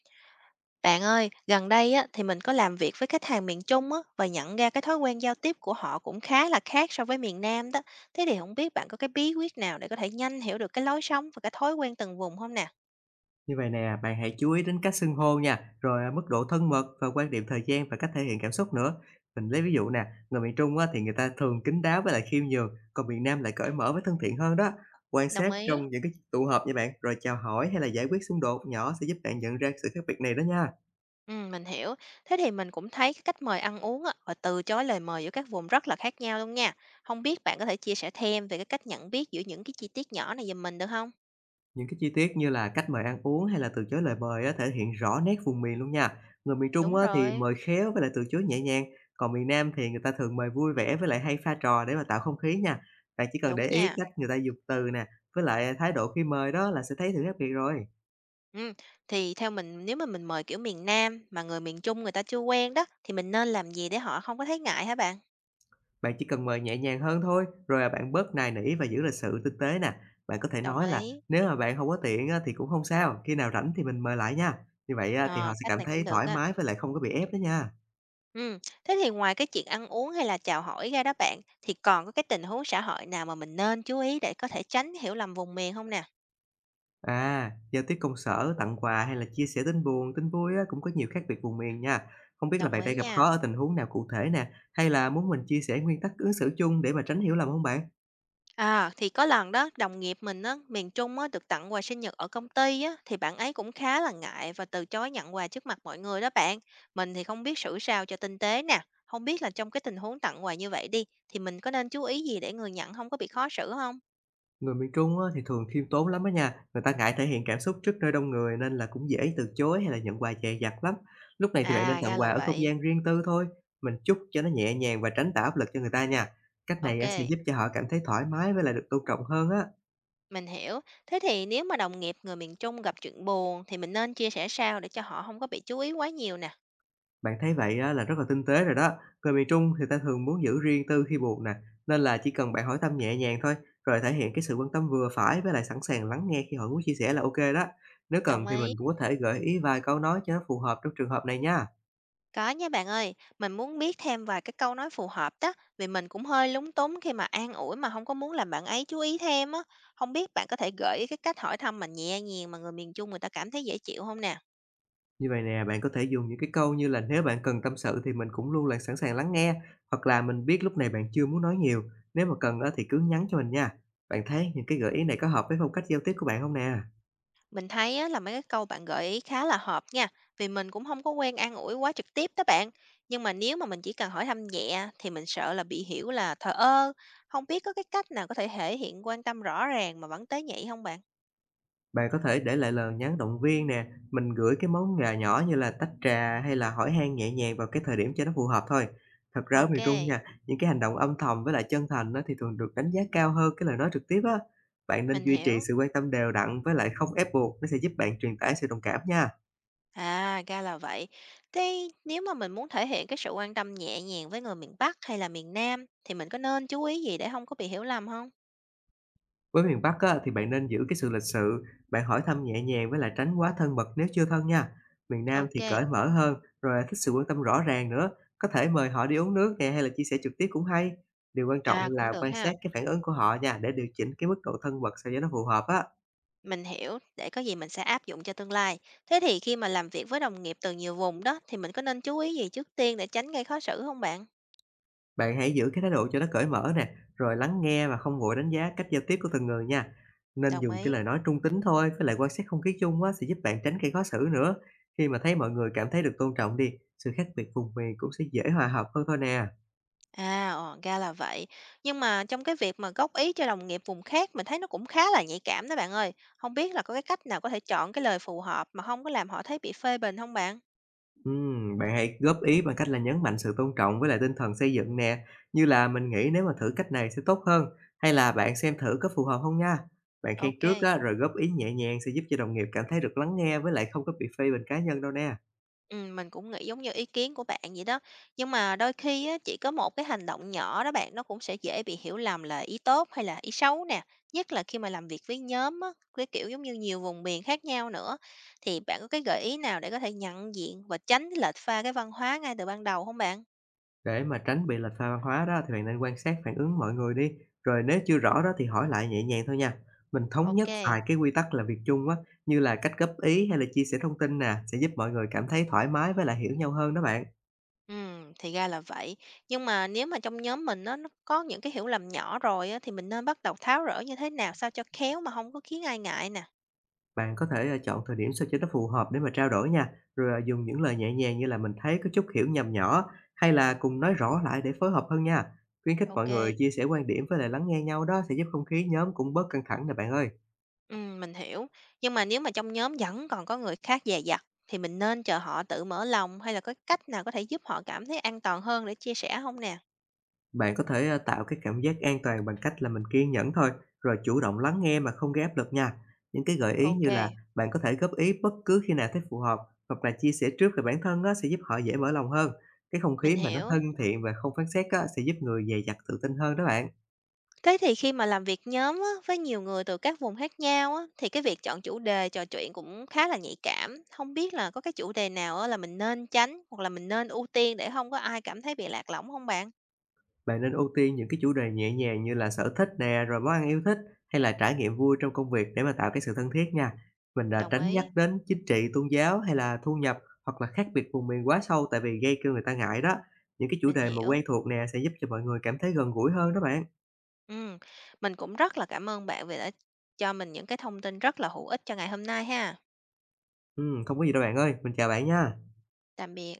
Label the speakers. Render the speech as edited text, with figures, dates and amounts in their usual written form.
Speaker 1: Bạn ơi, gần đây á, thì mình có làm việc với khách hàng miền Trung á, và nhận ra cái thói quen giao tiếp của họ cũng khá là khác so với miền Nam đó. Thế thì không biết bạn có cái bí quyết nào để có thể nhanh hiểu được cái lối sống và cái thói quen từng vùng không nè?
Speaker 2: Như vậy nè, bạn hãy chú ý đến cách xưng hô nha, rồi, mức độ thân mật và quan điểm thời gian và cách thể hiện cảm xúc nữa. Mình lấy ví dụ nè, người miền Trung á thì người ta thường kín đáo với lại khiêm nhường, còn miền Nam lại cởi mở với thân thiện hơn đó. Quan
Speaker 1: Đồng
Speaker 2: sát
Speaker 1: ý.
Speaker 2: trong những cái tụ họp nha bạn, rồi chào hỏi hay là giải quyết xung đột nhỏ sẽ giúp bạn nhận ra sự khác biệt này đó nha.
Speaker 1: Ừ, mình hiểu. Thế thì mình cũng thấy cái cách mời ăn uống á, và từ chối lời mời giữa các vùng rất là khác nhau luôn nha. Không biết bạn có thể chia sẻ thêm về cái cách nhận biết giữa những cái chi tiết nhỏ này giùm mình được không?
Speaker 2: Những cái chi tiết như là cách mời ăn uống hay là từ chối lời mời á, thể hiện rõ nét vùng miền luôn nha. Người miền Trung
Speaker 1: Đúng
Speaker 2: á, thì
Speaker 1: rồi,
Speaker 2: mời khéo với lại từ chối nhẹ nhàng, còn miền Nam thì người ta thường mời vui vẻ với lại hay pha trò để mà tạo không khí nha. Bạn chỉ cần
Speaker 1: đúng
Speaker 2: để ý
Speaker 1: nha.
Speaker 2: cách người ta dùng từ nè, với lại thái độ khi mời đó là sẽ thấy sự khác biệt rồi.
Speaker 1: Ừm, thì theo mình nếu mà mình mời, kiểu, miền Nam mà người miền Trung người ta chưa quen đó, thì mình nên làm gì để họ không có thấy ngại hả bạn?
Speaker 2: Bạn chỉ cần mời nhẹ nhàng hơn thôi, rồi là bạn bớt nài nỉ và giữ lịch sự tinh tế nè. Bạn có thể
Speaker 1: Đồng
Speaker 2: nói là
Speaker 1: ý.
Speaker 2: nếu mà bạn không có tiện á, thì cũng không sao, khi nào rảnh thì mình mời lại nha. Như vậy á, thì họ
Speaker 1: Ờ,
Speaker 2: sẽ
Speaker 1: cách
Speaker 2: cảm
Speaker 1: này cũng
Speaker 2: thấy
Speaker 1: được
Speaker 2: thoải
Speaker 1: á.
Speaker 2: mái với lại không có bị ép đó nha.
Speaker 1: Ừm, thế thì ngoài cái chuyện ăn uống hay là chào hỏi ra đó bạn, thì còn có cái tình huống xã hội nào mà mình nên chú ý để có thể tránh hiểu lầm vùng miền không nè?
Speaker 2: À, giao tiếp công sở, tặng quà hay là chia sẻ tin buồn, tin vui á, cũng có nhiều khác biệt vùng miền nha. Không biết là
Speaker 1: Đồng
Speaker 2: bạn
Speaker 1: ý
Speaker 2: đang gặp khó
Speaker 1: nha.
Speaker 2: ở tình huống nào cụ thể nè, hay là muốn mình chia sẻ nguyên tắc ứng xử chung để mà tránh hiểu lầm không bạn?
Speaker 1: À, thì có lần đó, đồng nghiệp mình á, miền Trung á, được tặng quà sinh nhật ở công ty á, thì bạn ấy cũng khá là ngại và từ chối nhận quà trước mặt mọi người đó bạn. Mình thì không biết xử sao cho tinh tế nè. Không biết là trong cái tình huống tặng quà như vậy đi, thì mình có nên chú ý gì để người nhận không có bị khó xử không?
Speaker 2: Người miền Trung á, thì thường khiêm tốn lắm á nha, người ta ngại thể hiện cảm xúc trước nơi đông người nên là cũng dễ từ chối hay là nhận quà dè dặt lắm. Lúc này thì bạn nên
Speaker 1: À, ra
Speaker 2: tặng quà
Speaker 1: là
Speaker 2: ở không
Speaker 1: vậy.
Speaker 2: gian riêng tư thôi, mình chúc cho nó nhẹ nhàng và tránh tạo áp lực cho người ta nha. Cách này
Speaker 1: OK,
Speaker 2: á, sẽ giúp cho họ cảm thấy thoải mái với lại được tôn trọng hơn á.
Speaker 1: mình hiểu. Thế thì nếu mà đồng nghiệp người miền Trung gặp chuyện buồn, thì mình nên chia sẻ sao để cho họ không có bị chú ý quá nhiều nè.
Speaker 2: Bạn thấy vậy á là rất là tinh tế rồi đó. Người miền Trung thì ta thường muốn giữ riêng tư khi buồn nè, nên là chỉ cần bạn hỏi thăm nhẹ nhàng thôi, rồi thể hiện cái sự quan tâm vừa phải với lại sẵn sàng lắng nghe khi họ muốn chia sẻ là OK đó. Nếu cần
Speaker 1: Đồng
Speaker 2: thì
Speaker 1: ý.
Speaker 2: mình cũng có thể gợi ý vài câu nói cho nó phù hợp trong trường hợp này nha.
Speaker 1: Có nha bạn ơi, mình muốn biết thêm vài cái câu nói phù hợp đó, vì mình cũng hơi lúng túng khi mà an ủi mà không có muốn làm bạn ấy chú ý thêm á. Không biết bạn có thể gợi ý cái cách hỏi thăm mà nhẹ nhàng mà người miền Trung người ta cảm thấy dễ chịu không nè?
Speaker 2: Như vậy nè, bạn có thể dùng những cái câu như là nếu bạn cần tâm sự thì mình cũng luôn là sẵn sàng lắng nghe, hoặc là mình biết lúc này bạn chưa muốn nói nhiều, nếu mà cần á thì cứ nhắn cho mình nha. Bạn thấy những cái gợi ý này có hợp với phong cách giao tiếp của bạn không nè?
Speaker 1: Mình thấy á, là mấy cái câu bạn gợi ý khá là hợp nha, vì mình cũng không có quen an ủi quá trực tiếp đó bạn. Nhưng mà nếu mà mình chỉ cần hỏi thăm nhẹ thì mình sợ là bị hiểu là thờ ơ. Không biết có cái cách nào có thể thể hiện quan tâm rõ ràng mà vẫn tế nhị không bạn?
Speaker 2: Bạn có thể để lại lời nhắn động viên nè, mình gửi cái món quà nhỏ như là tách trà hay là hỏi han nhẹ nhàng vào cái thời điểm cho nó phù hợp thôi. Thật ra ở
Speaker 1: OK,
Speaker 2: miền Trung nha, những cái hành động âm thầm với lại chân thành á, thì thường được đánh giá cao hơn cái lời nói trực tiếp á. Bạn nên
Speaker 1: mình
Speaker 2: duy trì
Speaker 1: hiểu.
Speaker 2: sự quan tâm đều đặn với lại không ép buộc, nó sẽ giúp bạn truyền tải sự đồng cảm nha.
Speaker 1: À, ra là vậy. Thế nếu mà mình muốn thể hiện cái sự quan tâm nhẹ nhàng với người miền Bắc hay là miền Nam thì mình có nên chú ý gì để không có bị hiểu lầm không?
Speaker 2: Với miền Bắc á, thì bạn nên giữ cái sự lịch sự, bạn hỏi thăm nhẹ nhàng với lại tránh quá thân mật nếu chưa thân nha. Miền Nam thì
Speaker 1: OK.
Speaker 2: cởi mở hơn, rồi là thích sự quan tâm rõ ràng nữa. Có thể mời họ đi uống nước nè hay là chia sẻ trực tiếp cũng hay. Điều quan trọng
Speaker 1: À, cũng
Speaker 2: là
Speaker 1: được
Speaker 2: quan
Speaker 1: ha.
Speaker 2: sát cái phản ứng của họ nha để điều chỉnh cái mức độ thân mật sao cho nó phù hợp á.
Speaker 1: Mình hiểu, để có gì mình sẽ áp dụng cho tương lai. Thế thì khi mà làm việc với đồng nghiệp từ nhiều vùng đó thì mình có nên chú ý gì trước tiên để tránh gây khó xử không bạn?
Speaker 2: Bạn hãy giữ cái thái độ cho nó cởi mở nè, rồi lắng nghe mà không vội đánh giá cách giao tiếp của từng người nha. Nên
Speaker 1: Đồng
Speaker 2: dùng cái
Speaker 1: ý.
Speaker 2: lời nói trung tính thôi, với lại quan sát không khí chung á, sẽ giúp bạn tránh gây khó xử nữa. Khi mà thấy mọi người cảm thấy được tôn trọng đi, sự khác biệt vùng miền cũng sẽ dễ hòa hợp hơn thôi nè.
Speaker 1: À, ồ, ra là vậy. Nhưng mà trong cái việc mà góp ý cho đồng nghiệp vùng khác mình thấy nó cũng khá là nhạy cảm đó bạn ơi. Không biết là có cái cách nào có thể chọn cái lời phù hợp mà không có làm họ thấy bị phê bình không bạn?
Speaker 2: Bạn hãy góp ý bằng cách là nhấn mạnh sự tôn trọng với lại tinh thần xây dựng nè, như là mình nghĩ nếu mà thử cách này sẽ tốt hơn, hay là bạn xem thử có phù hợp không nha. Bạn khen
Speaker 1: OK, kê.
Speaker 2: trước á, rồi góp ý nhẹ nhàng sẽ giúp cho đồng nghiệp cảm thấy được lắng nghe với lại không có bị phê bình cá nhân đâu nè.
Speaker 1: Mình cũng nghĩ giống như ý kiến của bạn vậy đó. Nhưng mà đôi khi á, chỉ có một cái hành động nhỏ đó bạn, nó cũng sẽ dễ bị hiểu lầm là ý tốt hay là ý xấu nè, nhất là khi mà làm việc với nhóm á, cái kiểu giống như nhiều vùng miền khác nhau nữa. Thì bạn có cái gợi ý nào để có thể nhận diện và tránh cái lệch pha cái văn hóa ngay từ ban đầu không bạn?
Speaker 2: Để mà tránh bị lệch pha văn hóa đó thì bạn nên quan sát phản ứng mọi người đi, rồi nếu chưa rõ đó thì hỏi lại nhẹ nhàng thôi nha. Mình thống
Speaker 1: OK,
Speaker 2: nhất
Speaker 1: kê,
Speaker 2: vài cái quy tắc làm việc chung á, như là cách góp ý hay là chia sẻ thông tin nè, sẽ giúp mọi người cảm thấy thoải mái với lại hiểu nhau hơn đó bạn.
Speaker 1: thì ra là vậy. Nhưng mà nếu mà trong nhóm mình á, nó có những cái hiểu lầm nhỏ rồi á, thì mình nên bắt đầu tháo rỡ như thế nào sao cho khéo mà không có khiến ai ngại nè?
Speaker 2: Bạn có thể, chọn thời điểm sao cho nó phù hợp để mà trao đổi nha, rồi, dùng những lời nhẹ nhàng như là "Mình thấy có chút hiểu nhầm nhỏ" hay là "Cùng nói rõ lại để phối hợp hơn nha." Khuyến khích mọi người
Speaker 1: OK.
Speaker 2: chia sẻ quan điểm với lại lắng nghe nhau đó sẽ giúp không khí nhóm cũng bớt căng thẳng nè bạn ơi.
Speaker 1: Mình hiểu. Nhưng mà nếu mà trong nhóm vẫn còn có người khác dè dặt thì mình nên chờ họ tự mở lòng hay là có cách nào có thể giúp họ cảm thấy an toàn hơn để chia sẻ không nè?
Speaker 2: Bạn có thể, tạo cái cảm giác an toàn bằng cách là mình kiên nhẫn thôi, rồi chủ động lắng nghe mà không gây áp lực nha. Những cái gợi ý như là
Speaker 1: OK,
Speaker 2: bạn có thể góp ý bất cứ khi nào thấy phù hợp, hoặc là chia sẻ trước về bản thân á, sẽ giúp họ dễ mở lòng hơn. Cái không
Speaker 1: mình
Speaker 2: khí mà nó thân
Speaker 1: hiểu.
Speaker 2: thiện và không phán xét á, sẽ giúp người dè dặt tự tin hơn đó bạn.
Speaker 1: Thế thì khi mà làm việc nhóm á, với nhiều người từ các vùng khác nhau á, thì cái việc chọn chủ đề trò chuyện cũng khá là nhạy cảm. Không biết là có cái chủ đề nào á là mình nên tránh hoặc là mình nên ưu tiên để không có ai cảm thấy bị lạc lõng không bạn?
Speaker 2: Bạn nên ưu tiên những cái chủ đề nhẹ nhàng như là sở thích nè, rồi món ăn yêu thích hay là trải nghiệm vui trong công việc để mà tạo cái sự thân thiết nha. Mình là
Speaker 1: Đồng
Speaker 2: tránh nhắc
Speaker 1: ý,
Speaker 2: đến chính trị, tôn giáo hay là thu nhập hoặc là khác biệt vùng miền quá sâu tại vì gây cho người ta ngại đó. Những cái chủ
Speaker 1: mình
Speaker 2: đề mà
Speaker 1: hiểu.
Speaker 2: quen thuộc nè sẽ giúp cho mọi người cảm thấy gần gũi hơn đó bạn.
Speaker 1: Ừm, mình cũng rất là cảm ơn bạn vì đã cho mình những cái thông tin rất là hữu ích cho ngày hôm nay ha.
Speaker 2: Ừ, không có gì đâu bạn ơi, mình chào bạn nha.
Speaker 1: Tạm biệt.